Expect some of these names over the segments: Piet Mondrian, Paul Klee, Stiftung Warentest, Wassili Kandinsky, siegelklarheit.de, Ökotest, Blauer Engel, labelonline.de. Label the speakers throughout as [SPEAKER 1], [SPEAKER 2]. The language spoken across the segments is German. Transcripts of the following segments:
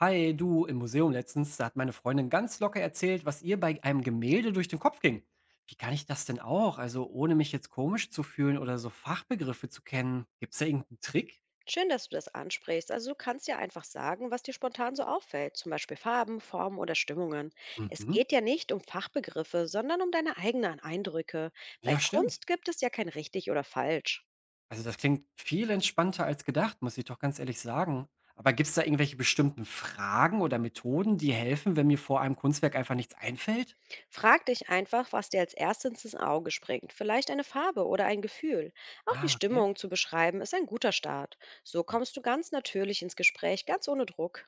[SPEAKER 1] Hi, du, im Museum letztens, da hat meine Freundin ganz locker erzählt, was ihr bei einem Gemälde durch den Kopf ging. Wie kann ich das denn auch? Also ohne mich jetzt komisch zu fühlen oder so Fachbegriffe zu kennen. Gibt es da irgendeinen Trick?
[SPEAKER 2] Schön, dass du das ansprichst. Also du kannst ja einfach sagen, was dir spontan so auffällt, zum Beispiel Farben, Formen oder Stimmungen. Es
[SPEAKER 1] Mhm.
[SPEAKER 2] geht ja nicht um Fachbegriffe, sondern um deine eigenen Eindrücke. Bei
[SPEAKER 1] Ja, stimmt.
[SPEAKER 2] Kunst gibt es ja kein richtig oder falsch.
[SPEAKER 1] Also das klingt viel entspannter als gedacht, muss ich doch ganz ehrlich sagen. Aber gibt es da irgendwelche bestimmten Fragen oder Methoden, die helfen, wenn mir vor einem Kunstwerk einfach nichts einfällt?
[SPEAKER 2] Frag dich einfach, was dir als erstes ins Auge springt. Vielleicht eine Farbe oder ein Gefühl. Auch die
[SPEAKER 1] Ah, okay.
[SPEAKER 2] Stimmung zu beschreiben ist ein guter Start. So kommst du ganz natürlich ins Gespräch, ganz ohne Druck.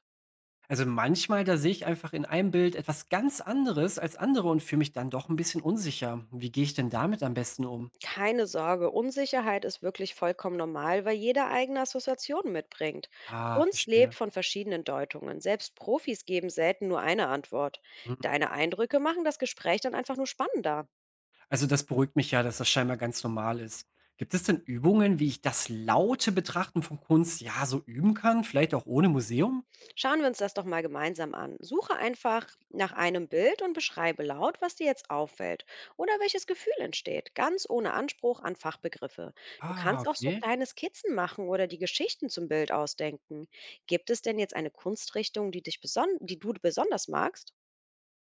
[SPEAKER 1] Also manchmal, da sehe ich einfach in einem Bild etwas ganz anderes als andere und fühle mich dann doch ein bisschen unsicher. Wie gehe ich denn damit am besten um?
[SPEAKER 2] Keine Sorge, Unsicherheit ist wirklich vollkommen normal, weil jeder eigene Assoziationen mitbringt.
[SPEAKER 1] Ah,
[SPEAKER 2] Kunst lebt
[SPEAKER 1] verstehe.
[SPEAKER 2] von verschiedenen Deutungen. Selbst Profis geben selten nur eine Antwort.
[SPEAKER 1] Hm.
[SPEAKER 2] Deine Eindrücke machen das Gespräch dann einfach nur spannender.
[SPEAKER 1] Also das beruhigt mich ja, dass das scheinbar ganz normal ist. Gibt es denn Übungen, wie ich das laute Betrachten von Kunst ja so üben kann? Vielleicht auch ohne Museum?
[SPEAKER 2] Schauen wir uns das doch mal gemeinsam an. Suche einfach nach einem Bild und beschreibe laut, was dir jetzt auffällt oder welches Gefühl entsteht, ganz ohne Anspruch an Fachbegriffe. Du
[SPEAKER 1] Ah,
[SPEAKER 2] kannst auch so
[SPEAKER 1] okay.
[SPEAKER 2] kleine Skizzen machen oder die Geschichten zum Bild ausdenken. Gibt es denn jetzt eine Kunstrichtung, die dich beson die du besonders magst?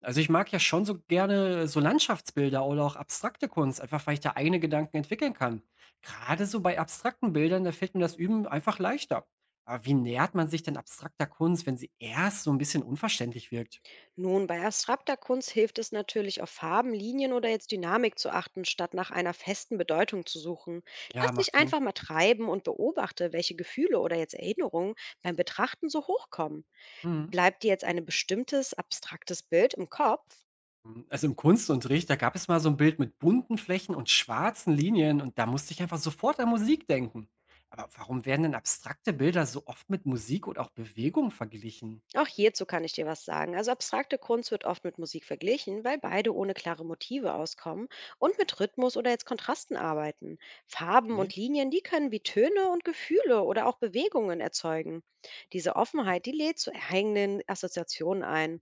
[SPEAKER 1] Also, ich mag ja schon so gerne so Landschaftsbilder oder auch abstrakte Kunst, einfach weil ich da eigene Gedanken entwickeln kann. Gerade so bei abstrakten Bildern, da fällt mir das Üben einfach leichter. Aber wie nähert man sich denn abstrakter Kunst, wenn sie erst so ein bisschen unverständlich wirkt?
[SPEAKER 2] Nun, bei abstrakter Kunst hilft es natürlich, auf Farben, Linien oder jetzt Dynamik zu achten, statt nach einer festen Bedeutung zu suchen. Lass
[SPEAKER 1] Ja,
[SPEAKER 2] dich
[SPEAKER 1] macht Sinn.
[SPEAKER 2] einfach mal treiben und beobachte, welche Gefühle oder jetzt Erinnerungen beim Betrachten so hochkommen.
[SPEAKER 1] Mhm.
[SPEAKER 2] Bleibt dir jetzt ein bestimmtes abstraktes Bild im Kopf?
[SPEAKER 1] Hm, also, im Kunstunterricht, da gab es mal so ein Bild mit bunten Flächen und schwarzen Linien und da musste ich einfach sofort an Musik denken. Aber warum werden denn abstrakte Bilder so oft mit Musik und auch Bewegung verglichen?
[SPEAKER 2] Auch hierzu kann ich dir was sagen. Also abstrakte Kunst wird oft mit Musik verglichen, weil beide ohne klare Motive auskommen und mit Rhythmus oder jetzt Kontrasten arbeiten. Farben
[SPEAKER 1] Okay.
[SPEAKER 2] und Linien, die können wie Töne und Gefühle oder auch Bewegungen erzeugen. Diese Offenheit, die lädt zu eigenen Assoziationen ein.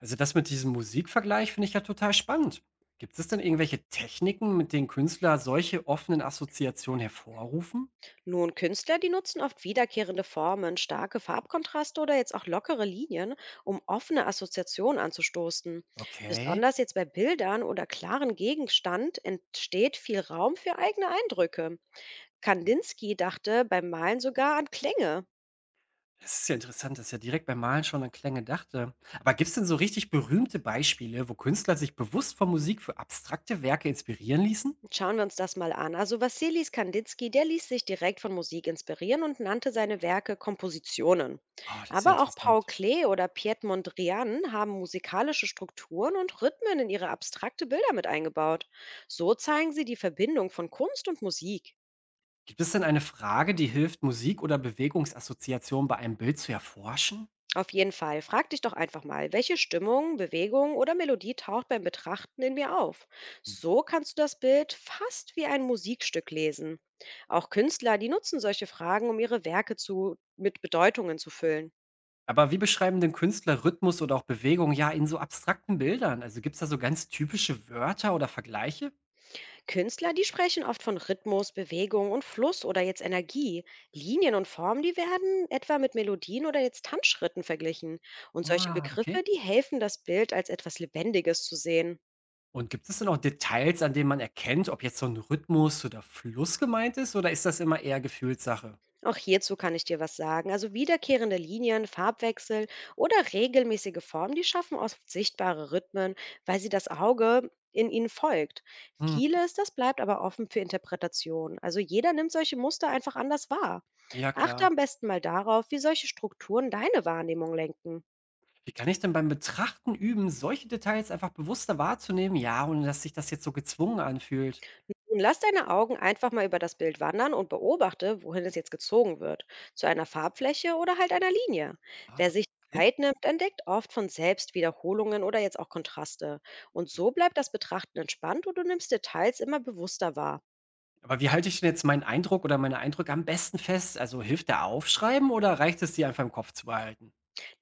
[SPEAKER 1] Also das mit diesem Musikvergleich finde ich ja total spannend. Gibt es denn irgendwelche Techniken, mit denen Künstler solche offenen Assoziationen hervorrufen?
[SPEAKER 2] Nun, Künstler, die nutzen oft wiederkehrende Formen, starke Farbkontraste oder jetzt auch lockere Linien, um offene Assoziationen anzustoßen.
[SPEAKER 1] Okay.
[SPEAKER 2] Besonders jetzt bei Bildern oder klaren Gegenstand entsteht viel Raum für eigene Eindrücke. Kandinsky dachte beim Malen sogar an Klänge.
[SPEAKER 1] Das ist ja interessant, dass ich ja direkt beim Malen schon an Klänge dachte. Aber gibt es denn so richtig berühmte Beispiele, wo Künstler sich bewusst von Musik für abstrakte Werke inspirieren ließen?
[SPEAKER 2] Schauen wir uns das mal an. Also Wassili Kandinsky, der ließ sich direkt von Musik inspirieren und nannte seine Werke Kompositionen.
[SPEAKER 1] Oh, das ist ja
[SPEAKER 2] Aber auch Paul
[SPEAKER 1] interessant.
[SPEAKER 2] Klee oder Piet Mondrian haben musikalische Strukturen und Rhythmen in ihre abstrakte Bilder mit eingebaut. So zeigen sie die Verbindung von Kunst und Musik.
[SPEAKER 1] Gibt es denn eine Frage, die hilft, Musik- oder Bewegungsassoziationen bei einem Bild zu erforschen?
[SPEAKER 2] Auf jeden Fall, frag dich doch einfach mal, welche Stimmung, Bewegung oder Melodie taucht beim Betrachten in mir auf. So kannst du das Bild fast wie ein Musikstück lesen. Auch Künstler, die nutzen solche Fragen, um ihre Werke mit Bedeutungen zu füllen.
[SPEAKER 1] Aber wie beschreiben denn Künstler Rhythmus oder auch Bewegung ja in so abstrakten Bildern? Also gibt es da so ganz typische Wörter oder Vergleiche?
[SPEAKER 2] Künstler, die sprechen oft von Rhythmus, Bewegung und Fluss oder jetzt Energie. Linien und Formen, die werden etwa mit Melodien oder jetzt Tanzschritten verglichen. Und solche
[SPEAKER 1] Ah,
[SPEAKER 2] Begriffe,
[SPEAKER 1] okay.
[SPEAKER 2] die helfen, das Bild als etwas Lebendiges zu sehen.
[SPEAKER 1] Und gibt es denn auch Details, an denen man erkennt, ob jetzt so ein Rhythmus oder Fluss gemeint ist, oder ist das immer eher Gefühlssache?
[SPEAKER 2] Auch hierzu kann ich dir was sagen. Also wiederkehrende Linien, Farbwechsel oder regelmäßige Formen, die schaffen oft sichtbare Rhythmen, weil sie das Auge in ihnen folgt.
[SPEAKER 1] Mhm,
[SPEAKER 2] Vieles, das bleibt aber offen für Interpretation. Also jeder nimmt solche Muster einfach anders wahr.
[SPEAKER 1] ja
[SPEAKER 2] Achte
[SPEAKER 1] klar.
[SPEAKER 2] am besten mal darauf, wie solche Strukturen deine Wahrnehmung lenken.
[SPEAKER 1] Wie kann ich denn beim Betrachten üben, solche Details einfach bewusster wahrzunehmen, ja, ohne dass sich das jetzt so gezwungen anfühlt?
[SPEAKER 2] Nun lass deine Augen einfach mal über das Bild wandern und beobachte, wohin es jetzt gezogen wird. Zu einer Farbfläche oder halt einer Linie. Wer
[SPEAKER 1] Ah.
[SPEAKER 2] sich
[SPEAKER 1] Okay.
[SPEAKER 2] Zeit nimmt, entdeckt oft von selbst Wiederholungen oder jetzt auch Kontraste. Und so bleibt das Betrachten entspannt und du nimmst Details immer bewusster wahr.
[SPEAKER 1] Aber wie halte ich denn jetzt meinen Eindruck oder meine Eindrücke am besten fest? Also hilft da Aufschreiben oder reicht es, die einfach im Kopf zu behalten?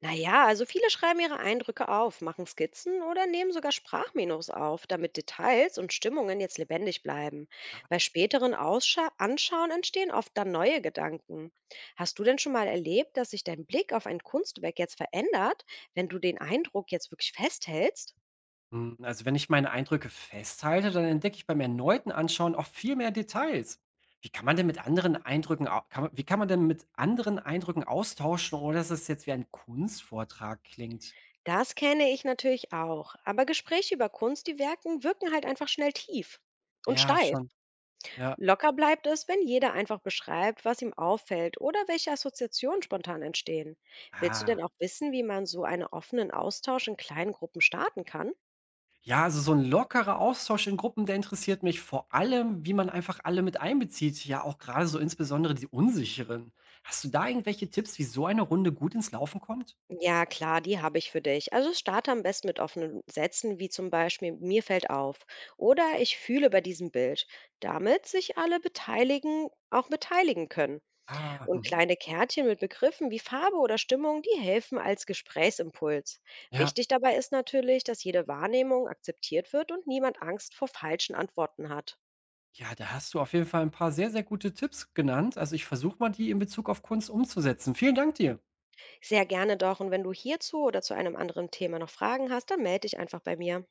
[SPEAKER 2] Naja, also viele schreiben ihre Eindrücke auf, machen Skizzen oder nehmen sogar Sprachminos auf, damit Details und Stimmungen jetzt lebendig bleiben.
[SPEAKER 1] Ah,
[SPEAKER 2] Bei späteren Ausscha Anschauen entstehen oft dann neue Gedanken. Hast du denn schon mal erlebt, dass sich dein Blick auf ein Kunstwerk jetzt verändert, wenn du den Eindruck jetzt wirklich festhältst?
[SPEAKER 1] hm, also wenn ich meine Eindrücke festhalte, dann entdecke ich beim erneuten Anschauen auch viel mehr Details. Wie kann man denn mit anderen Eindrücken, wie kann man denn mit anderen Eindrücken austauschen, ohne dass es jetzt wie ein Kunstvortrag klingt?
[SPEAKER 2] Das kenne ich natürlich auch, aber Gespräche über Kunst, die wirken halt einfach schnell tief und
[SPEAKER 1] Ja,
[SPEAKER 2] steif.
[SPEAKER 1] schon. Ja.
[SPEAKER 2] Locker bleibt es, wenn jeder einfach beschreibt, was ihm auffällt oder welche Assoziationen spontan entstehen. Willst du
[SPEAKER 1] Ah.
[SPEAKER 2] denn auch wissen, wie man so einen offenen Austausch in kleinen Gruppen starten kann?
[SPEAKER 1] Ja, also so ein lockerer Austausch in Gruppen, der interessiert mich vor allem, wie man einfach alle mit einbezieht. Ja, auch gerade so insbesondere die Unsicheren. Hast du da irgendwelche Tipps, wie so eine Runde gut ins Laufen kommt?
[SPEAKER 2] Ja, klar, die habe ich für dich. Also starte am besten mit offenen Sätzen, wie zum Beispiel mir fällt auf oder ich fühle bei diesem Bild, damit sich alle beteiligen können.
[SPEAKER 1] Ah,
[SPEAKER 2] Und
[SPEAKER 1] mhm.
[SPEAKER 2] kleine Kärtchen mit Begriffen wie Farbe oder Stimmung, die helfen als Gesprächsimpuls.
[SPEAKER 1] Ja.
[SPEAKER 2] Wichtig dabei ist natürlich, dass jede Wahrnehmung akzeptiert wird und niemand Angst vor falschen Antworten hat.
[SPEAKER 1] Ja, da hast du auf jeden Fall ein paar sehr, sehr gute Tipps genannt. Also, ich versuche mal, die in Bezug auf Kunst umzusetzen. Vielen Dank dir.
[SPEAKER 2] Sehr gerne doch. Und wenn du hierzu oder zu einem anderen Thema noch Fragen hast, dann melde dich einfach bei mir.